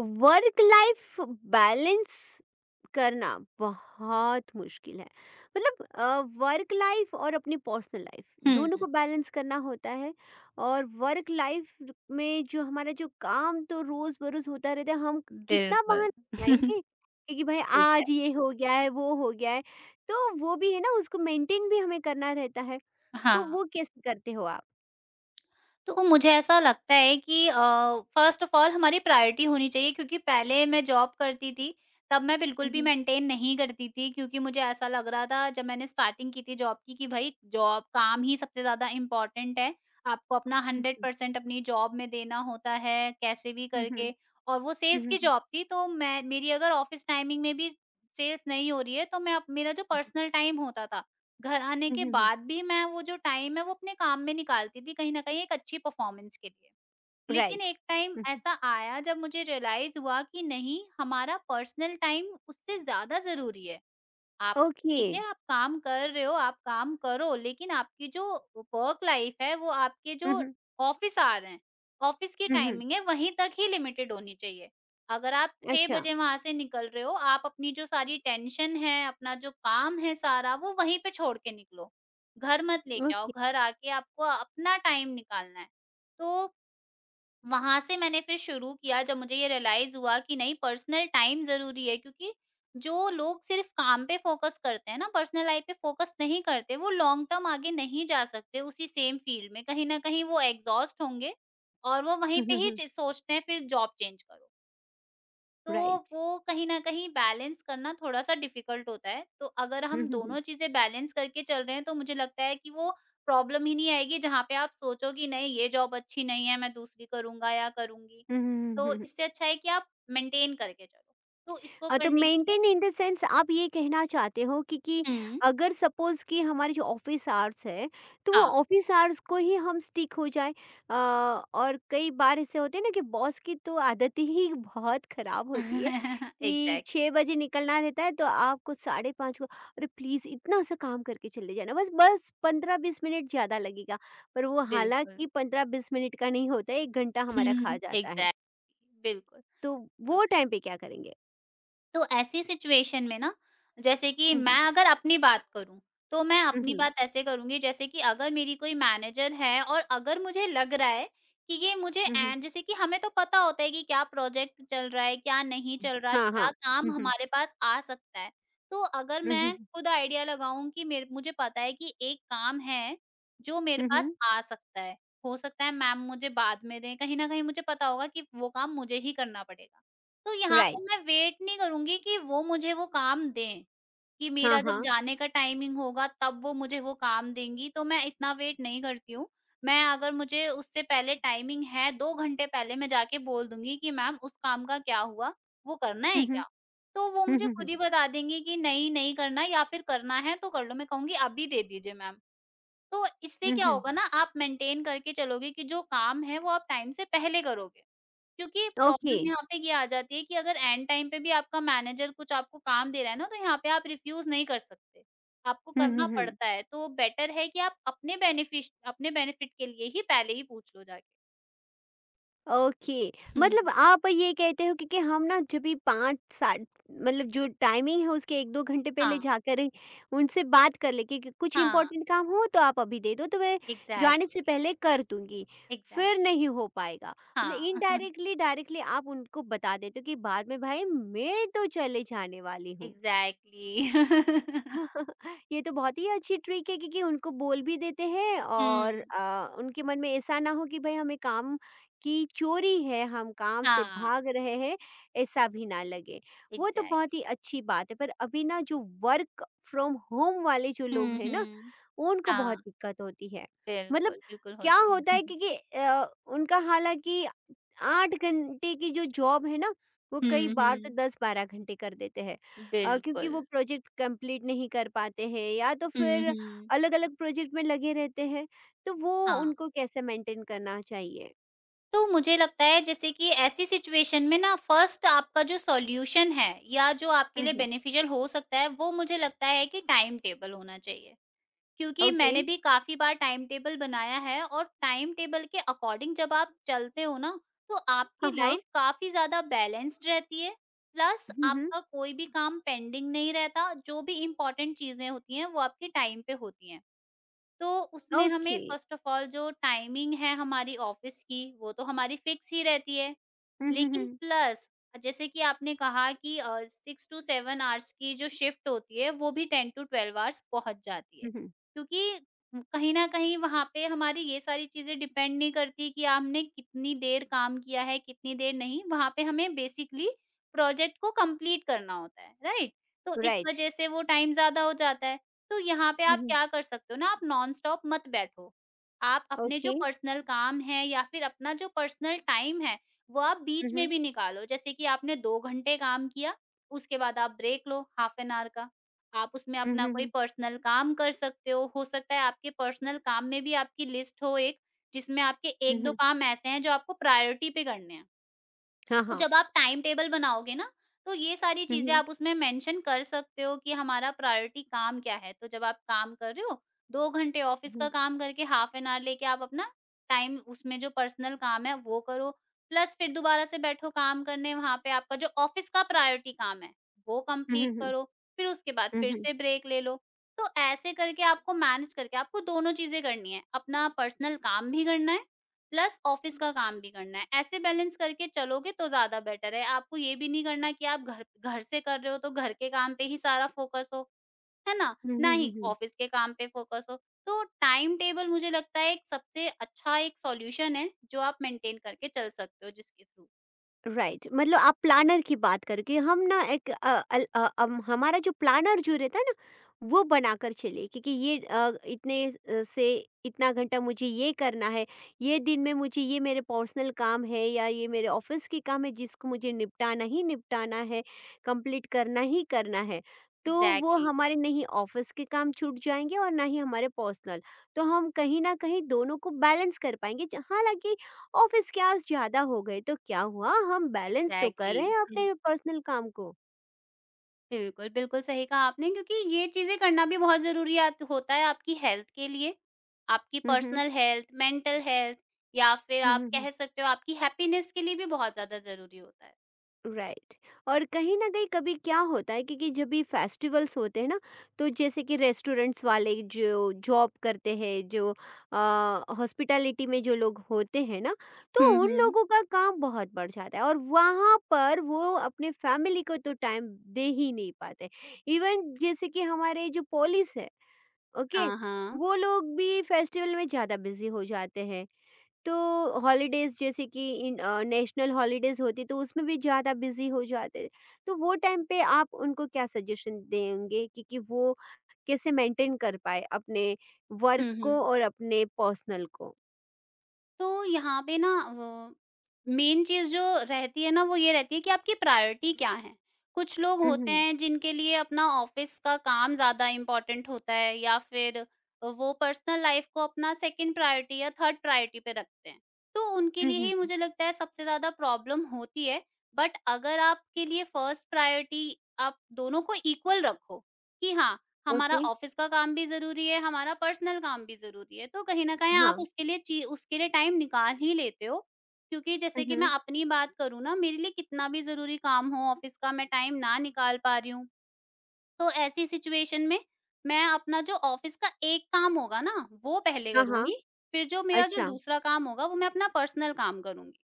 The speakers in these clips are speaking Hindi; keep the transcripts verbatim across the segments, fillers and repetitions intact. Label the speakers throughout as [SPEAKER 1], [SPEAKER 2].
[SPEAKER 1] वर्क लाइफ बैलेंस करना बहुत मुश्किल है। मतलब वर्क लाइफ और अपनी पर्सनल लाइफ
[SPEAKER 2] हुँ,
[SPEAKER 1] दोनों को बैलेंस करना होता है। और वर्क लाइफ में जो हमारा जो काम तो रोज बरोज होता रहता है। हम कितना
[SPEAKER 2] बिल्कुल।
[SPEAKER 1] बहाना बनाएंगे, क्योंकि भाई आज
[SPEAKER 2] एग्ज़ैक्ट
[SPEAKER 1] ये हो गया है, वो हो गया है। तो वो भी है ना, उसको मेंटेन भी हमें करना रहता है। तो
[SPEAKER 2] हाँ,
[SPEAKER 1] वो कैसे करते हो आप?
[SPEAKER 2] तो मुझे ऐसा लगता है कि अ, फ़र्स्ट ऑफ़ ऑल हमारी प्रायोरिटी होनी चाहिए क्योंकि पहले मैं जॉब करती थी, तब मैं बिल्कुल भी
[SPEAKER 1] हम्म,
[SPEAKER 2] मेंटेन नहीं करती थी क्योंकि मुझे ऐसा लग रहा था जब मैंने स्टार्टिंग की थी जॉब की कि भई जॉब काम ही सबसे ज़्यादा इम्पोर्टेंट है। आपको अपना
[SPEAKER 1] हम्म,
[SPEAKER 2] हंड्रेड परसेंट अपनी जॉब में देना होता है, कैसे भी
[SPEAKER 1] हम्म, हम्म,
[SPEAKER 2] करके और वो सेल्स
[SPEAKER 1] हम्म,
[SPEAKER 2] की
[SPEAKER 1] हम्म,
[SPEAKER 2] जॉब थी तो मैं मेरी अगर ऑफ़िस टाइमिंग में भी सेल्स नहीं हो रही है तो मैं अप मेरा जो
[SPEAKER 1] हम्म,
[SPEAKER 2] पर्सनल टाइम होता था घर आने
[SPEAKER 1] हम्म,
[SPEAKER 2] के
[SPEAKER 1] हम्म।
[SPEAKER 2] बाद भी मैं वो जो टाइम है वो अपने काम में निकालती थी कहीं न कहीं एक अच्छी परफॉर्मेंस के लिए। लेकिन
[SPEAKER 1] राइट।
[SPEAKER 2] एक टाइम ऐसा आया जब मुझे रियलाइज़ हुआ कि नहीं हमारा पर्सनल टाइम उससे ज़्यादा ज़रूरी है। आप
[SPEAKER 1] ओके।
[SPEAKER 2] ठीक है, आप काम कर रहे हो, आप काम करो, लेकिन आपकी जो वर्क लाइफ है, वो आपके
[SPEAKER 1] हुँ,
[SPEAKER 2] जो
[SPEAKER 1] हुँ।
[SPEAKER 2] ऑफ़िस आवर हैं, ऑफ़िस की
[SPEAKER 1] हुँ, हुँ।
[SPEAKER 2] टाइमिंग है, वहीं तक ही लिमिटेड होनी चाहिए। अगर आप छह
[SPEAKER 1] अच्छा।
[SPEAKER 2] बजे वहाँ से निकल रहे हो, आप अपनी जो सारी टेंशन है, अपना जो काम है सारा, वो वहीं पे छोड़ के निकलो। घर मत लेके आओ,
[SPEAKER 1] ओके।
[SPEAKER 2] घर आके आपको अपना टाइम निकालना है। तो वहाँ से मैंने फिर शुरू किया जब मुझे ये रियलाइज़ हुआ कि नहीं पर्सनल टाइम ज़रूरी है क्योंकि जो लोग सिर्फ़ काम पे फ़ोकस करते हैं ना, पर्सनल लाइफ़ पे फ़ोकस नहीं करते, वो लॉन्ग टर्म आगे नहीं जा सकते उसी सेम फ़ील्ड में। कहीं न कहीं वो एग्ज़ॉस्ट होंगे और वो वहीं
[SPEAKER 1] हुँ,
[SPEAKER 2] पे
[SPEAKER 1] हुँ,
[SPEAKER 2] ही
[SPEAKER 1] हुँ।
[SPEAKER 2] चि सोचते हैं फिर जॉब चेंज करो। तो
[SPEAKER 1] राइट।
[SPEAKER 2] वो कहीं न कहीं बैलेंस करना थोड़ा-सा डिफ़िकल्ट होता है। तो अगर
[SPEAKER 1] हुँ,
[SPEAKER 2] हम
[SPEAKER 1] हुँ, हुँ।
[SPEAKER 2] दोनों चीज़ें बैलेंस करके चल रहे हैं तो मुझे लगता है कि वो प्रॉब्लम ही नहीं आएगी जहाँ पे आप सोचो कि नहीं ये जॉब अच्छी नहीं है, मैं दूसरी करूँगा या करूँगी।
[SPEAKER 1] हुँ, हुँ, हुँ,
[SPEAKER 2] तो
[SPEAKER 1] हुँ, हुँ।
[SPEAKER 2] इससे अच्छा है कि आप मेंटेन करके चलो। तो इसको
[SPEAKER 1] अ, तो
[SPEAKER 2] करने के लिए
[SPEAKER 1] मेंटेन इन द सेंस आप ये कहना चाहते हो कि कि
[SPEAKER 2] हुँ।
[SPEAKER 1] अगर सपोज कि हमारे जो ऑफिस आवर्स है, तो वो
[SPEAKER 2] हाँ।
[SPEAKER 1] ऑफिस आवर्स को ही हम स्टिक हो जाए। अ, और कई बार ऐसे होते हैं ना कि बॉस की तो आदत ही बहुत खराब होती है कि
[SPEAKER 2] एग्ज़ैक्टली
[SPEAKER 1] छः बजे निकलना रहता है, तो आपको साढ़े पाँच को अरे प्लीज़ इतना सा काम करके चले जाना, बस बस पंद्रह बीस मिनट ज़्यादा लगेगा। पर वो
[SPEAKER 2] बिल्कुल।
[SPEAKER 1] हालांकि पंद्रह बीस मिनट का नहीं होता, एक घंटा हमारा खा जाता है।
[SPEAKER 2] एग्ज़ैक्टली बिल्कुल।
[SPEAKER 1] तो वो टाइम पे क्या करेंगे?
[SPEAKER 2] तो ऐसी सिचुएशन में ना जैसे कि मैं
[SPEAKER 1] हम्म।
[SPEAKER 2] अगर अपनी बात करूँ, तो मैं
[SPEAKER 1] हम्म।
[SPEAKER 2] अपनी
[SPEAKER 1] हम्म।
[SPEAKER 2] बात ऐसे करूँगी जैसे कि अगर मेरी कोई मैनेजर है और अगर मुझे लग रहा है कि ये मुझे
[SPEAKER 1] हम्म।
[SPEAKER 2] एंड जैसे कि हमें तो पता होता है कि क्या प्रोजेक्ट चल रहा है, क्या नहीं चल रहा,
[SPEAKER 1] हाँ, हाँ।
[SPEAKER 2] क्या काम
[SPEAKER 1] हुँ, हुँ।
[SPEAKER 2] हमारे पास आ सकता है। तो अगर
[SPEAKER 1] हुँ, हुँ,
[SPEAKER 2] मैं
[SPEAKER 1] हुँ,
[SPEAKER 2] खुद आइडिया लगाऊँ कि मेरे मुझे पता है कि एक काम है, जो मेरे
[SPEAKER 1] हुँ,
[SPEAKER 2] पास
[SPEAKER 1] हुँ।
[SPEAKER 2] आ सकता है, हो सकता है मैम मुझे बाद में दें, कहीं न कहीं मुझे पता होगा कि वो काम मुझे ही करना पड़ेगा। तो यहाँ
[SPEAKER 1] राइट।
[SPEAKER 2] पे मैं वेट नहीं करूँगी कि वो मुझे वो काम दें, कि
[SPEAKER 1] हाँ,
[SPEAKER 2] मेरा जब
[SPEAKER 1] हाँ।
[SPEAKER 2] जाने का टाइमिंग होगा तब वो मुझे वो काम देंगी, तो मैं इतना वेट नहीं करती हूँ। मैं अगर मुझे उससे पहले टाइमिंग है दो घंटे पहले मैं जाके बोल दूँगी कि मैम उस काम का क्या हुआ? वो करना
[SPEAKER 1] हुँ,
[SPEAKER 2] है
[SPEAKER 1] हुँ।
[SPEAKER 2] क्या? तो वो
[SPEAKER 1] हुँ,
[SPEAKER 2] मुझे
[SPEAKER 1] हुँ, हुँ।
[SPEAKER 2] खुद ही बता देंगी कि नहीं, नहीं करना या फिर करना है तो कर लो। मैं कहूँगी अभी दे दीजिए मैम। तो इससे
[SPEAKER 1] हुँ,
[SPEAKER 2] क्या
[SPEAKER 1] हुँ।
[SPEAKER 2] होगा ना आप मेंटेन करके चलोगे कि जो काम है वो आप टाइम से पहले करोगे। क्योंकि
[SPEAKER 1] ओके।
[SPEAKER 2] प्रॉब्लम यहाँ पे ये आ जाती है कि अगर एंड टाइम पे भी आपका मैनेजर कुछ आपको काम दे रहा है ना, तो यहाँ पे आप रिफ्यूज़ नहीं कर सकते। आपको
[SPEAKER 1] हुँ, हुँ,
[SPEAKER 2] करना
[SPEAKER 1] हुँ।
[SPEAKER 2] पड़ता है, तो बेटर है कि आप अपने बेनिफिश अपने बेनिफिट के लिए ही पहले ही पूछ लो जाके।
[SPEAKER 1] ओके। मतलब आप ये कहते हो कि कि हम ना जब भी पाँच सात, मतलब जो टाइमिंग है उसके एक दो घंटे पहले
[SPEAKER 2] हाँ,
[SPEAKER 1] जाकर ही उनसे बात कर लें कि कि कुछ
[SPEAKER 2] हाँ,
[SPEAKER 1] इम्पोर्टेंट काम हो तो आप अभी दे दो तो मैं जाने से
[SPEAKER 2] एग्ज़ैक्टली,
[SPEAKER 1] पहले कर दूँगी।
[SPEAKER 2] एग्ज़ैक्ट
[SPEAKER 1] फिर नहीं हो पाएगा। मतलब
[SPEAKER 2] हाँ,
[SPEAKER 1] इनडायरेक्टली डायरेक्टली आप उनको बता देते हो कि बाद में भाई मैं तो चले जाने वाली हूँ।
[SPEAKER 2] एग्ज़ैक्टली।
[SPEAKER 1] ये तो बहुत ही अच्छी ट्रिक है, क्योंकि उनको बोल भी देते हैं और
[SPEAKER 2] हुँ,
[SPEAKER 1] अ, उनके मन में ऐसा ना हो कि भाई हमें काम की चोरी है, हम काम से
[SPEAKER 2] हाँ,
[SPEAKER 1] भाग रहे हैं, ऐसा भी ना लगे। वो तो बहुत
[SPEAKER 2] एग्ज़ैक्टली।
[SPEAKER 1] ही अच्छी बात है। पर अभी ना जो वर्क फ्रॉम होम वाले जो लोग
[SPEAKER 2] हुँ,
[SPEAKER 1] हैं ना,
[SPEAKER 2] हुँ,
[SPEAKER 1] उनको
[SPEAKER 2] हाँ,
[SPEAKER 1] बहुत दिक्कत होती है। मतलब
[SPEAKER 2] बिल्कुल, बिल्कुल
[SPEAKER 1] क्या
[SPEAKER 2] होती है।
[SPEAKER 1] होता है, क्योंकि अ, उनका हालांकि आठ घंटे की जो जॉब है ना, वो कई
[SPEAKER 2] हुँ,
[SPEAKER 1] बार तो
[SPEAKER 2] हुँ,
[SPEAKER 1] दस बारह घंटे कर देते हैं। अ, क्योंकि वो
[SPEAKER 2] बिल्कुल।
[SPEAKER 1] प्रोजेक्ट कंप्लीट नहीं कर पाते हैं या तो
[SPEAKER 2] हुँ,
[SPEAKER 1] फिर
[SPEAKER 2] हुँ,
[SPEAKER 1] अलग-अलग प्रोजेक्ट में लगे रहते हैं, तो वो
[SPEAKER 2] हाँ।
[SPEAKER 1] उनको कैसे मेंटेन करना चाहिए?
[SPEAKER 2] तो मुझे लगता है जैसे कि ऐसी सिचुएशन में ना फर्स्ट आपका जो सॉल्यूशन है या जो आपके
[SPEAKER 1] हुँ,
[SPEAKER 2] लिए
[SPEAKER 1] हुँ।
[SPEAKER 2] बेनिफिशियल हो सकता है वो मुझे लगता है कि टाइम टेबल होना चाहिए क्योंकि
[SPEAKER 1] ओके।
[SPEAKER 2] मैंने भी काफी बार टाइम टेबल बनाया है और टाइम टेबल के अकॉर्डिंग जब आप चलते हो ना तो
[SPEAKER 1] हाँ,
[SPEAKER 2] आपकी
[SPEAKER 1] हाँ।
[SPEAKER 2] लाइफ काफी ज्यादा बैलेंस्ड रहती है प्लस
[SPEAKER 1] हुँ, हुँ।
[SPEAKER 2] आपका कोई भी काम पेंडिंग नहीं रहता जो भी इम्पोर्टेंट चीजें होती हैं वो आपके टाइम पे होती हैं तो उसमें हमें
[SPEAKER 1] ओके।
[SPEAKER 2] फर्स्ट ऑफ ऑल जो टाइमिंग है हमारी ऑफिस की, वो तो हमारी फिक्स ही रहती है
[SPEAKER 1] हुँ, हुँ,
[SPEAKER 2] लेकिन
[SPEAKER 1] हुँ।
[SPEAKER 2] प्लस जैसे कि आपने कहा कि अ, सिक्स टू सेवन आवर्स की जो शिफ्ट होती है वो भी टेन टू ट्वेल्व आवर्स पहुँच जाती है।
[SPEAKER 1] हुँ, हुँ।
[SPEAKER 2] क्योंकि कहीं न कहीं वहाँ पे हमारी ये सारी चीज़ें डिपेंड नहीं करती कि आपने कितनी देर काम किया है, कितनी देर नहीं, वहाँ पे हमें बेसिकली प्रोजेक्ट को कंप्लीट करना होता है, राइट? तो इस
[SPEAKER 1] राइट।
[SPEAKER 2] वज़ह से वो टाइम ज़्यादा हो जाता है। तो यहाँ पे
[SPEAKER 1] हुँ,
[SPEAKER 2] आप
[SPEAKER 1] हुँ।
[SPEAKER 2] क्या कर सकते हो ना आप नॉन-स्टॉप मत बैठो। आप अपने
[SPEAKER 1] ओके।
[SPEAKER 2] जो पर्सनल काम है या फिर अपना जो पर्सनल टाइम है वो आप
[SPEAKER 1] हुँ,
[SPEAKER 2] बीच में
[SPEAKER 1] हुँ।
[SPEAKER 2] भी निकालो जैसे कि आपने दो घंटे काम किया, उसके बाद आप ब्रेक लो हाफ एन आवर का। आप उसमें
[SPEAKER 1] हुँ,
[SPEAKER 2] अपना
[SPEAKER 1] हुँ,
[SPEAKER 2] कोई
[SPEAKER 1] हुँ।
[SPEAKER 2] पर्सनल काम कर सकते हो, हो सकता है आपके पर्सनल काम में भी आपकी लिस्ट हो एक, जिसमें आपके
[SPEAKER 1] हुँ,
[SPEAKER 2] एक दो
[SPEAKER 1] हुँ।
[SPEAKER 2] काम ऐसे हैं जो आपको प्रायोरिटी पे करने हैं।
[SPEAKER 1] हाँ,
[SPEAKER 2] तो
[SPEAKER 1] हाँ।
[SPEAKER 2] जब आप टाइम टेबल बनाओगे ना, तो ये सारी
[SPEAKER 1] हुँ,
[SPEAKER 2] चीज़ें
[SPEAKER 1] हुँ।
[SPEAKER 2] आप उसमें मेंशन कर सकते हो कि हमारा प्रायोरिटी काम क्या है। तो जब आप काम कर रहे हो, दो घंटे ऑफ़िस
[SPEAKER 1] हुँ।
[SPEAKER 2] का काम करके हाफ एन आवर लेके आप अपना टाइम उसमें जो पर्सनल काम है वो करो। प्लस फिर दोबारा से बैठो काम करने वहाँ पे आपका जो ऑफ़िस का प्रायोरिटी काम है, वो
[SPEAKER 1] हुँ, हुँ,
[SPEAKER 2] कंप्लीट
[SPEAKER 1] हुँ।
[SPEAKER 2] करो। फिर उसके बाद
[SPEAKER 1] हुँ,
[SPEAKER 2] फिर
[SPEAKER 1] हुँ।
[SPEAKER 2] से ब्रेक ले लो। तो ऐसे करके आपको मैनेज करके आपको दोनों चीज़ें करनी है, अपना पर्सनल काम भी करना है प्लस ऑफिस का काम भी करना है। ऐसे बैलेंस करके चलोगे तो ज़्यादा बेटर है। आपको ये भी नहीं करना कि आप घर घर से कर रहे हो तो घर के काम पे ही सारा फ़ोकस हो, है ना?
[SPEAKER 1] हुँ,
[SPEAKER 2] ना
[SPEAKER 1] हुँ, हुँ,
[SPEAKER 2] ही
[SPEAKER 1] हुँ।
[SPEAKER 2] ऑफिस के काम पे फ़ोकस हो। तो टाइम टेबल मुझे लगता है एक सबसे अच्छा एक सॉल्यूशन है जो आप मेंटेन करके चल सकते हो जिसके थ्रू
[SPEAKER 1] राइट। मतलब आप प्लानर की बात करो कि हम ना एक अ, अल- अ, अम, हमारा जो प्लानर जो रहता है ना, वो बनाकर चले, क्योंकि ये अ, इतने अ, से इतना घंटा मुझे ये करना है, ये दिन में मुझे ये मेरे पर्सनल काम है या ये मेरे ऑफिस के काम है जिसको मुझे निपटाना ही निपटाना है, कंप्लीट करना ही करना है। तो वो
[SPEAKER 2] एग्ज़ैक्टली,
[SPEAKER 1] हमारे नहीं ऑफिस के काम छूट जाएंगे और ना ही हमारे पर्सनल। तो हम कहीं ना कहीं दोनों को बैलेंस कर पाएंगे, हालांकि ऑफिस के आज ज्यादा हो गए तो क्या हुआ, हम बैलेंस तो कर
[SPEAKER 2] एग्ज़ैक्टली।
[SPEAKER 1] रहे हैं अपने पर्सनल काम को।
[SPEAKER 2] बिल्कुल, बिल्कुल सही कहा आपने क्योंकि ये चीज़ें करना भी बहुत ज़रूरियात होता है आपकी हेल्थ के लिए। आपकी
[SPEAKER 1] हम्म।
[SPEAKER 2] पर्सनल हेल्थ, मेंटल हेल्थ या फिर
[SPEAKER 1] हम्म।
[SPEAKER 2] आप
[SPEAKER 1] हम्म।
[SPEAKER 2] कह सकते हो आपकी हैप्पीनेस के लिए भी बहुत ज़्यादा ज़रूरी होता है।
[SPEAKER 1] राइट। और कहीं ना कहीं कभी क्या होता है, क्योंकि जब भी फेस्टिवल्स होते हैं ना, तो जैसे कि रेस्टोरेंट्स वाले जो जॉब करते हैं, जो हॉस्पिटैलिटी में जो लोग होते हैं ना, तो
[SPEAKER 2] हुँ,
[SPEAKER 1] उन
[SPEAKER 2] हुँ।
[SPEAKER 1] लोगों का काम बहुत बढ़ जाता है और वहाँ पर वो अपने फैमिली को तो टाइम दे ही नहीं पाते। इवन जैसे कि हमारे जो पुलिस है, ओके,
[SPEAKER 2] हाँ, हाँ।
[SPEAKER 1] वो लोग भी फेस्टिवल में ज़्यादा बिजी हो जाते हैं। तो हॉलीडेज, जैसे कि इन नेशनल हॉलीडेज होती, तो उसमें भी ज़्यादा बिजी हो जाते हैं। तो वो टाइम पे आप उनको क्या सजेशन देंगे कि, कि वो कैसे मेंटेन कर पाए अपने वर्क
[SPEAKER 2] हुँ, हुँ।
[SPEAKER 1] को और अपने पर्सनल को?
[SPEAKER 2] तो यहाँ पे ना वो मेन चीज़ जो रहती है ना वो ये रहती है कि आपकी प्रायोरिटी क्या है। कुछ लोग होते
[SPEAKER 1] हम्म,
[SPEAKER 2] हैं जिनके लिए अपना ऑफ़िस का काम ज़्यादा इम्पोर्टेंट होता है या फिर वो पर्सनल लाइफ़ को अपना सेकंड प्रायोरिटी या थर्ड प्रायोरिटी पे रखते हैं। तो उनके
[SPEAKER 1] हम्म,
[SPEAKER 2] लिए
[SPEAKER 1] हम्म,
[SPEAKER 2] ही
[SPEAKER 1] हम्म।
[SPEAKER 2] मुझे लगता है सबसे ज़्यादा प्रॉब्लम होती है। बट अगर आपके लिए फर्स्ट प्रायोरिटी आप दोनों को इक्वल रखो कि हाँ, हमारा
[SPEAKER 1] ओके।
[SPEAKER 2] ऑफिस का काम भी ज़रूरी है, हमारा पर्सनल काम भी ज़रूरी है। तो कहीं न कहीं आप
[SPEAKER 1] हाँ।
[SPEAKER 2] उसके लिए ची उसके लिए टाइम निकाल ही लेते हो। क्योंकि जैसे कि मैं
[SPEAKER 1] हम्म।
[SPEAKER 2] अपनी बात करूँ ना, मेरे लिए कितना भी ज़रूरी काम हो ऑफिस का, मैं टाइम ना निकाल पा रही हूँ। तो ऐसी सिचुएशन में मैं अपना जो ऑफिस का एक काम होगा ना, वो पहले
[SPEAKER 1] हाँ, हाँ।
[SPEAKER 2] करूँगी, फिर जो मेरा जो
[SPEAKER 1] अच्छा।
[SPEAKER 2] दूसरा काम होगा, वो मैं अपना पर्सनल काम करूँगी।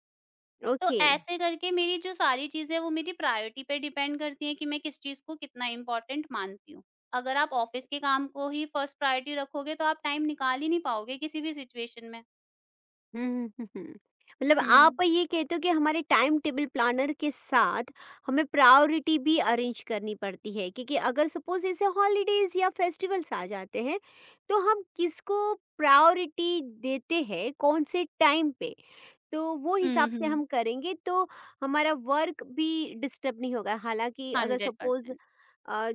[SPEAKER 2] तो
[SPEAKER 1] ओके।
[SPEAKER 2] ऐसे करके मेरी जो सारी चीज़ें वो मेरी प्रायोरिटी पे डिपेंड करती हैं कि मैं किस चीज़ को कितना इम्पोर्टेंट मानती हूँ। अगर आप ऑफ़िस के काम को ही फर्स्ट प्रायोरिटी रखोगे तो आप टाइम निकाल ही नहीं पाओगे किसी भी सिचुएशन में।
[SPEAKER 1] हुँ, हुँ, हुँ, हुँ। मतलब
[SPEAKER 2] हुँ।
[SPEAKER 1] आप ये कहते हो कि हमारे टाइम टेबल प्लानर के साथ हमें प्रायोरिटी भी अरेंज करनी पड़ती है, क्योंकि अगर सपोज़ ऐसे हॉलीडेज़ या फेस्टिवल्स आ जाते हैं, तो हम किसको प्रायोरिटी देते हैं, कौन से टाइम पे? तो वो
[SPEAKER 2] हुँ,
[SPEAKER 1] हिसाब से
[SPEAKER 2] हुँ।
[SPEAKER 1] हम करेंगे तो हमारा वर्क भी डिस्टर्ब नहीं होगा। हालाँकि अगर सपोज़
[SPEAKER 2] हंड्रेड परसेंट
[SPEAKER 1] अ,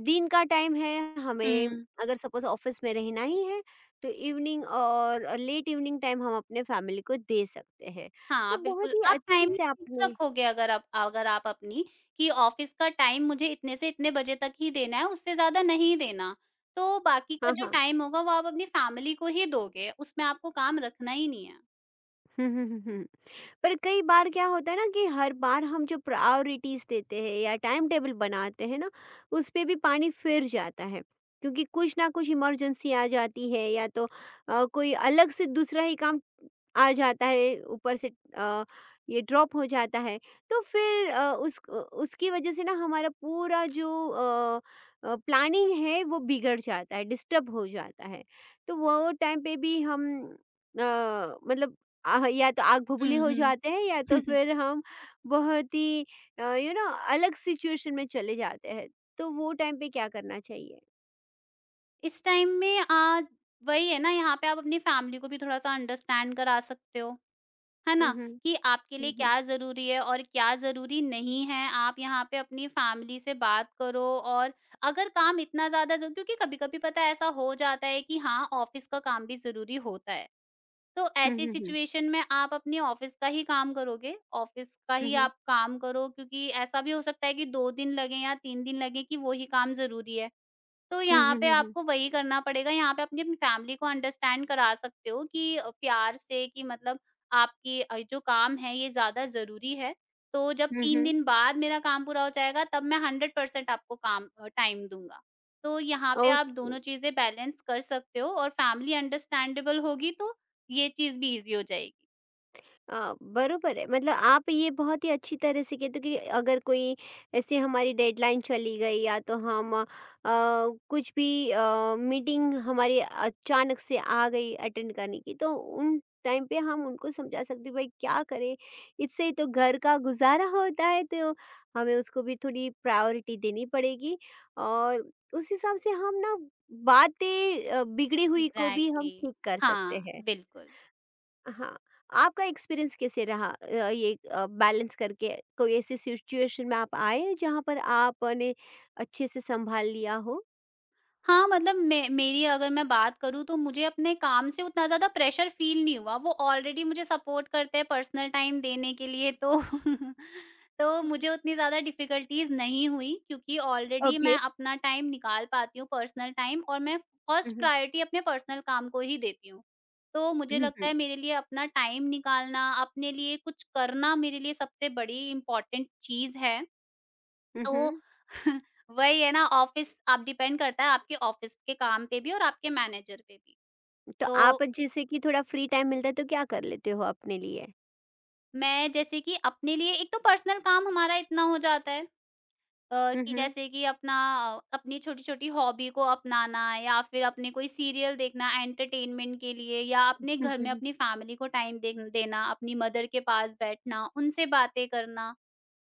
[SPEAKER 1] दिन का टाइम है हमें,
[SPEAKER 2] हुँ।
[SPEAKER 1] अगर सपोज ऑफिस में रहना ही है, तो इवनिंग और लेट इवनिंग टाइम हम अपने फैमिली को दे सकते हैं। तो
[SPEAKER 2] हाँ,
[SPEAKER 1] बहुत
[SPEAKER 2] बिल्कुल,
[SPEAKER 1] ही
[SPEAKER 2] आप
[SPEAKER 1] अच्छे
[SPEAKER 2] टाइमिंग
[SPEAKER 1] से
[SPEAKER 2] फिक्स
[SPEAKER 1] आपने
[SPEAKER 2] रखोगे अगर आप अगर आप अपनी कि ऑफ़िस का टाइम मुझे इतने से इतने बजे तक ही देना है, उससे ज़्यादा नहीं देना। तो बाकी का
[SPEAKER 1] हाँ,
[SPEAKER 2] जो
[SPEAKER 1] हाँ।
[SPEAKER 2] टाइम होगा वो आप अपनी फैमिली को ही दोगे, उसमें आपको काम रखना ही नहीं है।
[SPEAKER 1] पर कई बार क्या होता है ना कि हर बार हम जो प्रायोरिटीज देते हैं या टाइम टेबल बनाते हैं ना, उस पे भी पानी फिर जाता है, क्योंकि कुछ ना कुछ इमरजेंसी आ जाती है या तो अ, कोई अलग से दूसरा ही काम आ जाता है ऊपर से, अ, ये ड्रॉप हो जाता है। तो फिर अ, उस उसकी वजह से ना हमारा पूरा जो प्लानिंग है वो बिगड़ जाता है, डिस्टर्ब हो जाता है। तो वो टाइम पे भी हम अ, मतलब आह, या तो आग बबूले
[SPEAKER 2] हुँ,
[SPEAKER 1] हो
[SPEAKER 2] हुँ।
[SPEAKER 1] जाते हैं या तो फिर हम बहुत ही अ, यू नो अलग सिचुएशन में चले जाते हैं। तो वो टाइम पे क्या करना चाहिए?
[SPEAKER 2] इस टाइम में आ, वही है ना यहाँ पे आप अपनी फैमिली को भी थोड़ा-सा अंडरस्टैंड करा सकते हो, है
[SPEAKER 1] हुँ,
[SPEAKER 2] ना?
[SPEAKER 1] हुँ।
[SPEAKER 2] कि आपके लिए
[SPEAKER 1] हुँ, हुँ।
[SPEAKER 2] क्या ज़रूरी है और क्या ज़रूरी नहीं है, आप यहाँ पे अपनी फैमिली से बात करो और अगर काम इतना ज़्यादा ज़ क्योंकि कभी-कभी पता है ऐसा हो जाता है कि हाँ, ऑफ़िस का काम भी ज़रूरी होता है। तो
[SPEAKER 1] हुँ,
[SPEAKER 2] ऐसी
[SPEAKER 1] हुँ, हुँ।
[SPEAKER 2] सिचुएशन में आप अपने ऑफ़िस का ही काम करोगे, ऑफ़िस का
[SPEAKER 1] हुँ,
[SPEAKER 2] ही
[SPEAKER 1] हुँ।
[SPEAKER 2] आप काम करो क्योंकि ऐसा भी हो सकता है कि दो दिन लगे या तीन दिन लगे कि वो ही काम ज़रूरी है। तो
[SPEAKER 1] हुँ,
[SPEAKER 2] यहाँ
[SPEAKER 1] हुँ,
[SPEAKER 2] पे
[SPEAKER 1] हुँ, हुँ।
[SPEAKER 2] आपको वही करना पड़ेगा, यहाँ पे अपनी फैमिली को अंडरस्टैंड करा सकते हो कि अ, प्यार से कि मतलब आपकी अ, जो काम है ये ज़्यादा ज़रूरी है, तो जब
[SPEAKER 1] हुँ,
[SPEAKER 2] तीन
[SPEAKER 1] हुँ।
[SPEAKER 2] दिन बाद मेरा काम पूरा हो जाएगा तब मैं हंड्रेड परसेंट आपको काम अ, टाइम दूँगा। तो यहाँ पे आप
[SPEAKER 1] ओके।
[SPEAKER 2] दोनों चीज़ें बैलेंस कर सकते हो और फैमिली अंडरस्टैंडेबल होगी तो ये चीज़ भी ईज़ी हो जाएगी।
[SPEAKER 1] अ, बरोबर है। मतलब आप ये बहुत ही अच्छी तरह से कहते हो कि अगर कोई ऐसे हमारी डेडलाइन चली गई या तो हम अ, कुछ भी अ, मीटिंग हमारी अचानक से आ गई अटेंड करने की, तो उन टाइम पे हम उनको समझा सकते हैं, भाई क्या करें, इससे ही तो घर का गुजारा होता है, तो हमें उसको भी थोड़ी प्रायोरिटी देनी पड़ेगी और उस हिसाब से हम ना बातें अ, बिगड़ी हुई को भी हम
[SPEAKER 2] एग्ज़ैक्टली
[SPEAKER 1] ठीक कर सकते
[SPEAKER 2] हाँ,
[SPEAKER 1] हैं।
[SPEAKER 2] बिल्कुल।
[SPEAKER 1] हाँ, आपका एक्सपीरियंस कैसे रहा अ, ये अ, बैलेंस करके? कोई ऐसी सिचुएशन में आप आए जहाँ पर आपने अच्छे से संभाल लिया हो?
[SPEAKER 2] हाँ, मतलब मैं मेरी अगर मैं बात करूँ तो मुझे अपने काम से उतना ज़्यादा प्रेशर फ़ील नहीं हुआ। वो ऑलरेडी मुझे सपोर्ट करते हैं पर्सनल टाइम देने के लिए तो तो मुझे उतनी ज़्यादा डिफ़िकल्टीज़ नहीं हुई क्योंकि ऑलरेडी
[SPEAKER 1] ओके।
[SPEAKER 2] मैं अपना टाइम निकाल पाती हूँ पर्सनल टाइम और मैं
[SPEAKER 1] हुँ,
[SPEAKER 2] फ़र्स्ट
[SPEAKER 1] हुँ।
[SPEAKER 2] प्रायोरिटी अपने पर्सनल काम को ही देती हूँ। तो मुझे
[SPEAKER 1] हुँ,
[SPEAKER 2] लगता
[SPEAKER 1] हुँ।
[SPEAKER 2] है मेरे लिए अपना टाइम निकालना, अपने लिए कुछ करना मेरे लिए सबसे बड़ी इम्पोर्टेंट चीज़ है।
[SPEAKER 1] हुँ,
[SPEAKER 2] तो
[SPEAKER 1] हुँ।
[SPEAKER 2] वही है ना ऑफिस अब डिपेंड करता है आपके ऑफिस के काम पे भी और आपके मैनेजर पे भी।
[SPEAKER 1] तो
[SPEAKER 2] तो
[SPEAKER 1] आप जैसे कि थोड़ा फ्री टाइम मिलता है तो क्या कर लेते हो अपने लिए?
[SPEAKER 2] मैं जैसे कि अपने लिए एक तो पर्सनल काम हमारा इतना हो जाता है अ,
[SPEAKER 1] हुँ,
[SPEAKER 2] कि
[SPEAKER 1] हुँ।
[SPEAKER 2] जैसे कि अपना अ, अपनी छोटी-छोटी हॉबी को अपनाना या फिर अपने कोई सीरियल देखना एंटरटेनमेंट के लिए या अपने
[SPEAKER 1] हुँ,
[SPEAKER 2] घर
[SPEAKER 1] हुँ,
[SPEAKER 2] में
[SPEAKER 1] हुँ।
[SPEAKER 2] अपनी फैमिली को टाइम दे देना, अपनी मदर के पास बैठना, उनसे बातें करना।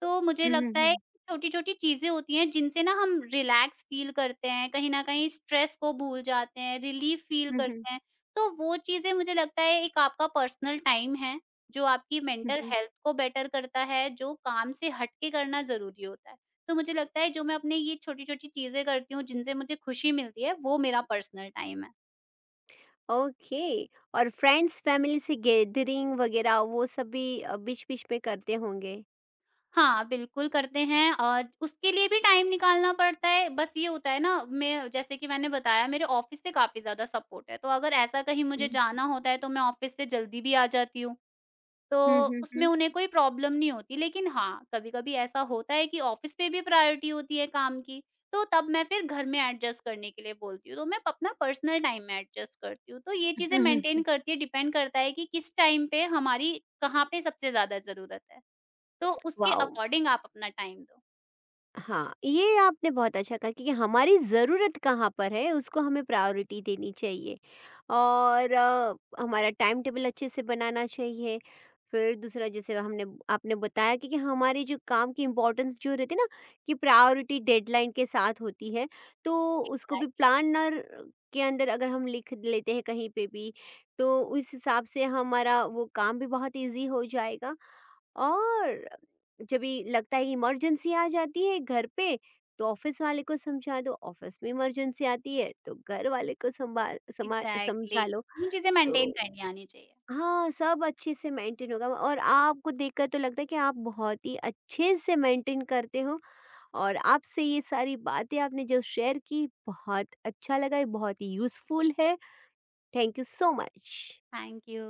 [SPEAKER 2] तो मुझे
[SPEAKER 1] हुँ, हुँ,
[SPEAKER 2] लगता है
[SPEAKER 1] हुँ।
[SPEAKER 2] छोटी-छोटी चीज़ें होती हैं जिनसे ना हम रिलैक्स फ़ील करते हैं, कहीं न कहीं स्ट्रेस को भूल जाते हैं, रिलीफ़ फ़ील
[SPEAKER 1] हुँ, हुँ।
[SPEAKER 2] करते हैं। तो वो चीज़ें मुझे लगता है एक आपका पर्सनल टाइम है, जो आपकी
[SPEAKER 1] हुँ,
[SPEAKER 2] मेंटल
[SPEAKER 1] हुँ।
[SPEAKER 2] हेल्थ को बेटर करता है, जो काम से हट के करना ज़रूरी होता है। तो मुझे लगता है जो मैं अपने ये छोटी-छोटी चीज़ें करती हूँ जिनसे मुझे खुशी मिलती है, वो मेरा पर्सनल टाइम है।
[SPEAKER 1] ओके। और फ्रेंड्स फैमिली से गैदरिंग वगैरह वो सब भी अ, बीच-बीच में करते होंगे?
[SPEAKER 2] हाँ, बिल्कुल करते हैं और उसके लिए भी टाइम निकालना पड़ता है। बस ये होता है ना मैं जैसे कि मैंने बताया मेरे ऑफ़िस से काफ़ी ज़्यादा सपोर्ट है, तो अगर ऐसा कहीं मुझे
[SPEAKER 1] हुँ,
[SPEAKER 2] जाना होता है तो मैं ऑफ़िस से जल्दी भी आ जाती हूँ,
[SPEAKER 1] हुँ,
[SPEAKER 2] तो
[SPEAKER 1] हुँ,
[SPEAKER 2] उसमें
[SPEAKER 1] हुँ।
[SPEAKER 2] उन्हें कोई प्रॉब्लम नहीं होती। लेकिन हाँ, कभी-कभी ऐसा होता है कि ऑफ़िस पे भी प्रायोरिटी होती है काम की, तो तब मैं फिर घर में एडजस्ट करने के लिए बोलती हूँ। तो मैं अपना पर्सनल टाइम में एडजस्ट करती हूँ। तो ये चीज़ें
[SPEAKER 1] हुँ, हुँ।
[SPEAKER 2] मेंटेन करती है, डिपेंड करता है कि किस टाइम पे हमारी कहाँ पे सबसे ज़्यादा ज़रूरत है। तो उसके
[SPEAKER 1] वाओ!
[SPEAKER 2] अकॉर्डिंग आप अपना टाइम दो।
[SPEAKER 1] हाँ, ये आपने बहुत अच्छा कहा, क्योंकि हमारी ज़रूरत कहाँ पर है उसको हमें प्रायोरिटी देनी चाहिए और अ, हमारा टाइम टेबल अच्छे से बनाना चाहिए। फिर दूसरा, जैसे हमने आपने बताया कि, कि हमारे जो काम की इम्पोर्टेंस जो रहती है ना कि प्रायोरिटी डेडलाइन के साथ होती है, तो उसको भी
[SPEAKER 2] एग्ज़ैक्टली,
[SPEAKER 1] प्लानर के अंदर अगर हम लिख लेते हैं कहीं पे भी, तो उस हिसाब से हमारा वो काम भी बहुत इजी हो जाएगा। और जब भी लगता है कि इमरजेंसी आ जाती है घर पे, तो ऑफिस वाले को समझा दो, ऑफिस में इमरजेंसी आती है तो घर वाले को संभाल समा
[SPEAKER 2] एग्ज़ैक्टली।
[SPEAKER 1] समझा लो।
[SPEAKER 2] ये चीज़ें
[SPEAKER 1] तो
[SPEAKER 2] मेंटेन करनी आनी चाहिए।
[SPEAKER 1] हाँ, सब अच्छे से मेंटेन होगा और आपको देखकर तो लगता है कि आप बहुत ही अच्छे से मेंटेन करते हो और आपसे ये सारी बातें आपने जो शेयर की बहुत अच्छा लगा, ये बहुत ही यूज़फुल है। Thank you so much.
[SPEAKER 2] Thank you.